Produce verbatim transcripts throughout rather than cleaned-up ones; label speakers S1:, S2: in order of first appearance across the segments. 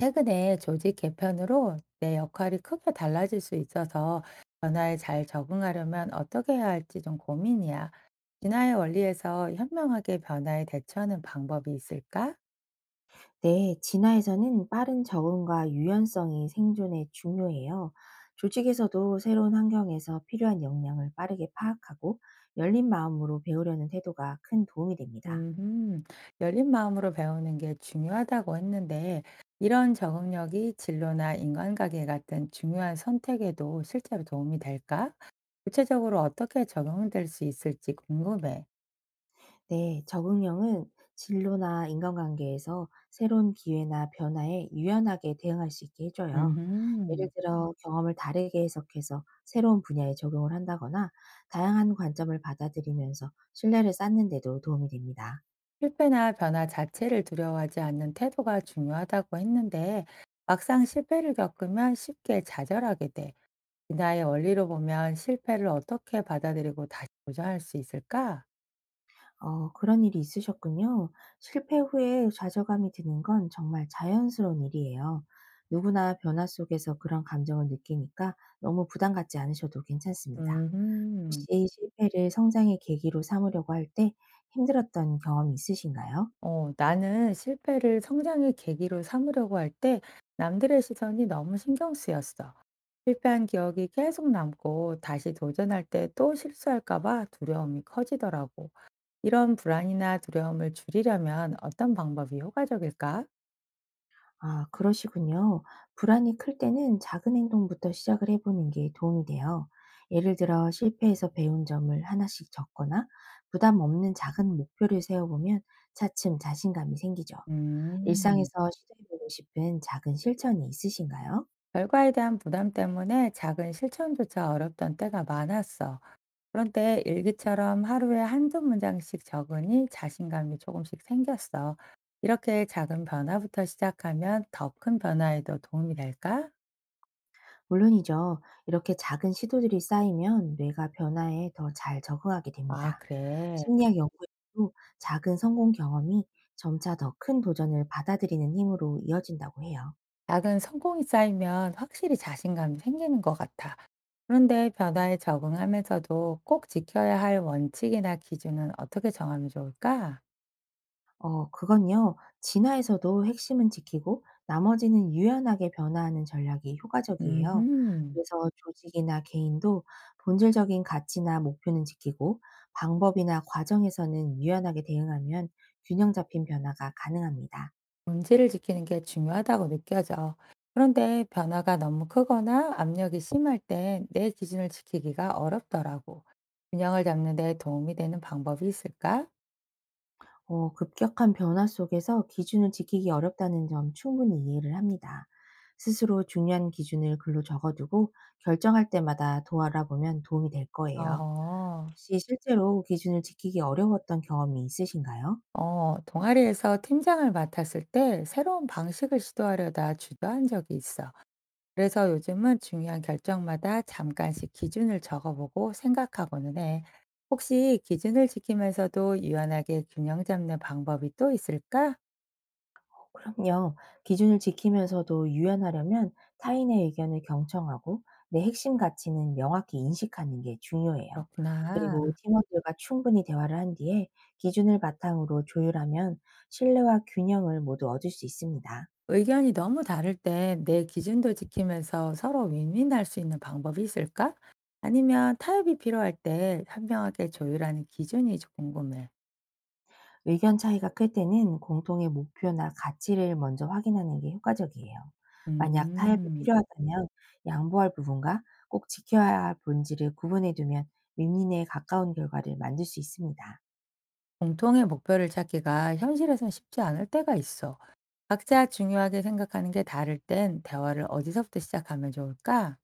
S1: 최근에 조직 개편으로 내 역할이 크게 달라질 수 있어서 변화에 잘 적응하려면 어떻게 해야 할지 좀 고민이야. 진화의 원리에서 현명하게 변화에 대처하는 방법이 있을까?
S2: 네, 진화에서는 빠른 적응과 유연성이 생존에 중요해요. 조직에서도 새로운 환경에서 필요한 역량을 빠르게 파악하고 열린 마음으로 배우려는 태도가 큰 도움이 됩니다.
S1: 음, 열린 마음으로 배우는 게 중요하다고 했는데, 이런 적응력이 진로나 인간관계 같은 중요한 선택에도 실제로 도움이 될까? 구체적으로 어떻게 적용될 수 있을지 궁금해.
S2: 네, 적응형은 진로나 인간관계에서 새로운 기회나 변화에 유연하게 대응할 수 있게 해줘요. 예를
S1: 음.
S2: 들어 경험을 다르게 해석해서 새로운 분야에 적용을 한다거나 다양한 관점을 받아들이면서 신뢰를 쌓는 데도 도움이 됩니다.
S1: 실패나 변화 자체를 두려워하지 않는 태도가 중요하다고 했는데 막상 실패를 겪으면 쉽게 좌절하게 돼. 진화의 원리로 보면 실패를 어떻게 받아들이고 다시 도전할 수 있을까?
S2: 어 그런 일이 있으셨군요. 실패 후에 좌절감이 드는 건 정말 자연스러운 일이에요. 누구나 변화 속에서 그런 감정을 느끼니까 너무 부담 갖지 않으셔도 괜찮습니다. 혹시
S1: 음,
S2: 이 실패를 성장의 계기로 삼으려고 할 때 힘들었던 경험이 있으신가요?
S1: 어, 나는 실패를 성장의 계기로 삼으려고 할 때 남들의 시선이 너무 신경 쓰였어. 실패한 기억이 계속 남고 다시 도전할 때 또 실수할까 봐 두려움이 커지더라고. 이런 불안이나 두려움을 줄이려면 어떤 방법이 효과적일까?
S2: 아 그러시군요. 불안이 클 때는 작은 행동부터 시작을 해 보는 게 도움이 돼요. 예를 들어 실패에서 배운 점을 하나씩 적거나 부담 없는 작은 목표를 세워 보면 차츰 자신감이 생기죠.
S1: 음,
S2: 일상에서 시도해보고 싶은 작은 실천이 있으신가요?
S1: 결과에 대한 부담 때문에 작은 실천조차 어렵던 때가 많았어. 그런데 일기처럼 하루에 한두 문장씩 적으니 자신감이 조금씩 생겼어. 이렇게 작은 변화부터 시작하면 더 큰 변화에도 도움이 될까?
S2: 물론이죠. 이렇게 작은 시도들이 쌓이면 뇌가 변화에 더 잘 적응하게
S1: 아,
S2: 됩니다.
S1: 그래.
S2: 심리학 연구에도 작은 성공 경험이 점차 더 큰 도전을 받아들이는 힘으로 이어진다고 해요.
S1: 작은 성공이 쌓이면 확실히 자신감이 생기는 것 같아. 그런데 변화에 적응하면서도 꼭 지켜야 할 원칙이나 기준은 어떻게 정하면 좋을까?
S2: 어 그건요. 진화에서도 핵심은 지키고 나머지는 유연하게 변화하는 전략이 효과적이에요.
S1: 음,
S2: 그래서 조직이나 개인도 본질적인 가치나 목표는 지키고 방법이나 과정에서는 유연하게 대응하면 균형 잡힌 변화가 가능합니다.
S1: 본질을 지키는 게 중요하다고 느껴져. 그런데 변화가 너무 크거나 압력이 심할 땐 내 기준을 지키기가 어렵더라고. 균형을 잡는 데 도움이 되는 방법이 있을까?
S2: 어 급격한 변화 속에서 기준을 지키기 어렵다는 점 충분히 이해를 합니다. 스스로 중요한 기준을 글로 적어두고 결정할 때마다 돌아보면 도움이 될 거예요.
S1: 어허.
S2: 혹시 실제로 기준을 지키기 어려웠던 경험이 있으신가요?
S1: 어, 동아리에서 팀장을 맡았을 때 새로운 방식을 시도하려다 주저한 적이 있어. 그래서 요즘은 중요한 결정마다 잠깐씩 기준을 적어보고 생각하고는 해. 혹시 기준을 지키면서도 유연하게 균형 잡는 방법이 또 있을까?
S2: 그럼요. 기준을 지키면서도 유연하려면 타인의 의견을 경청하고 내 핵심 가치는 명확히 인식하는 게 중요해요. 그리고
S1: 그렇구나.
S2: 팀원들과 충분히 대화를 한 뒤에 기준을 바탕으로 조율하면 신뢰와 균형을 모두 얻을 수 있습니다.
S1: 의견이 너무 다를 때 내 기준도 지키면서 서로 윈윈할 수 있는 방법이 있을까? 아니면 타협이 필요할 때 현명하게 조율하는 기준이 궁금해.
S2: 의견 차이가 클 때는 공통의 목표나 가치를 먼저 확인하는 게 효과적이에요. 만약 타협이
S1: 음,
S2: 필요하다면 양보할 부분과 꼭 지켜야 할 본질을 구분해 두면 윈윈에 가까운 결과를 만들 수 있습니다.
S1: 공통의 목표를 찾기가 현실에선 쉽지 않을 때가 있어. 각자 중요하게 생각하는 게 다를 땐 대화를 어디서부터 시작하면 좋을까?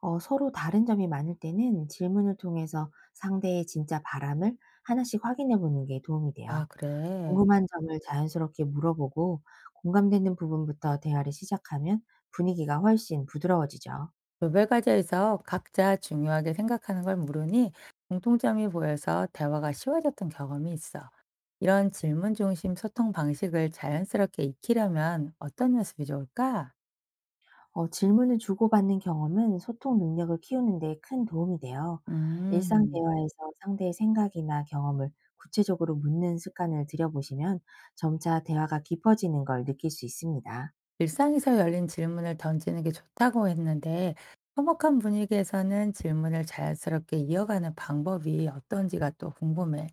S2: 어, 서로 다른 점이 많을 때는 질문을 통해서 상대의 진짜 바람을 하나씩 확인해 보는 게 도움이
S1: 아,
S2: 돼요.
S1: 그래.
S2: 궁금한 점을 자연스럽게 물어보고 공감되는 부분부터 대화를 시작하면 분위기가 훨씬 부드러워지죠.
S1: 교배 과제에서 각자 중요하게 생각하는 걸 물으니 공통점이 보여서 대화가 쉬워졌던 경험이 있어. 이런 질문 중심 소통 방식을 자연스럽게 익히려면 어떤 연습이 좋을까?
S2: 어, 질문을 주고받는 경험은 소통 능력을 키우는 데 큰 도움이 돼요. 일상
S1: 음,
S2: 대화에서 상대의 생각이나 경험을 구체적으로 묻는 습관을 들여보시면 점차 대화가 깊어지는 걸 느낄 수 있습니다.
S1: 일상에서 열린 질문을 던지는 게 좋다고 했는데, 서먹한 분위기에서는 질문을 자연스럽게 이어가는 방법이 어떤지가 또 궁금해.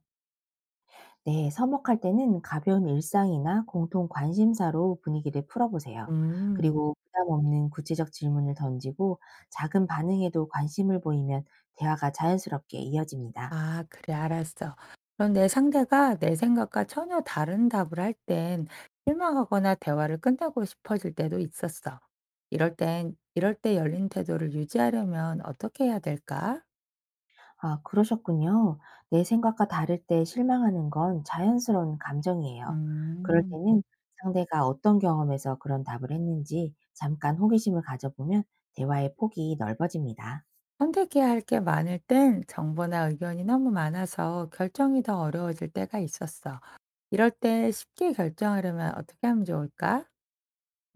S2: 네, 서먹할 때는 가벼운 일상이나 공통 관심사로 분위기를 풀어보세요.
S1: 음.
S2: 그리고 부담 없는 구체적 질문을 던지고 작은 반응에도 관심을 보이면 대화가 자연스럽게 이어집니다.
S1: 아, 그래, 알았어. 그럼 내 상대가 내 생각과 전혀 다른 답을 할 땐 실망하거나 대화를 끝내고 싶어질 때도 있었어. 이럴 땐 이럴 때 열린 태도를 유지하려면 어떻게 해야 될까?
S2: 아, 그러셨군요. 내 생각과 다를 때 실망하는 건 자연스러운 감정이에요. 그럴
S1: 음.
S2: 때는 상대가 어떤 경험에서 그런 답을 했는지 잠깐 호기심을 가져보면 대화의 폭이 넓어집니다.
S1: 선택해야 할 게 많을 땐 정보나 의견이 너무 많아서 결정이 더 어려워질 때가 있었어. 이럴 때 쉽게 결정하려면 어떻게 하면 좋을까?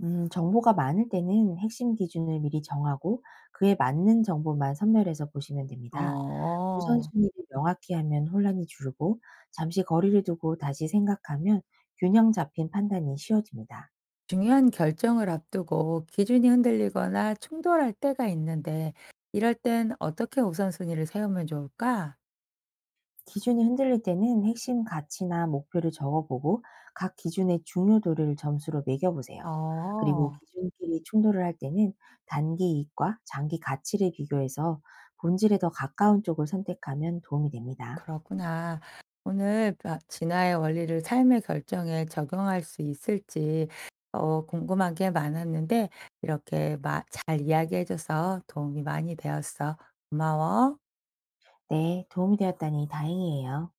S2: 음, 정보가 많을 때는 핵심 기준을 미리 정하고 그에 맞는 정보만 선별해서 보시면 됩니다.
S1: 어.
S2: 우선순위를 명확히 하면 혼란이 줄고 잠시 거리를 두고 다시 생각하면 균형 잡힌 판단이 쉬워집니다.
S1: 중요한 결정을 앞두고 기준이 흔들리거나 충돌할 때가 있는데, 이럴 땐 어떻게 우선순위를 세우면 좋을까?
S2: 기준이 흔들릴 때는 핵심 가치나 목표를 적어보고 각 기준의 중요도를 점수로 매겨보세요. 그리고
S1: 어,
S2: 기준끼리 충돌을 할 때는 단기 이익과 장기 가치를 비교해서 본질에 더 가까운 쪽을 선택하면 도움이 됩니다.
S1: 그렇구나. 오늘 바- 진화의 원리를 삶의 결정에 적용할 수 있을지 어, 궁금한 게 많았는데, 이렇게 마- 잘 이야기해줘서 도움이 많이 되었어. 고마워.
S2: 네, 도움이 되었다니 다행이에요.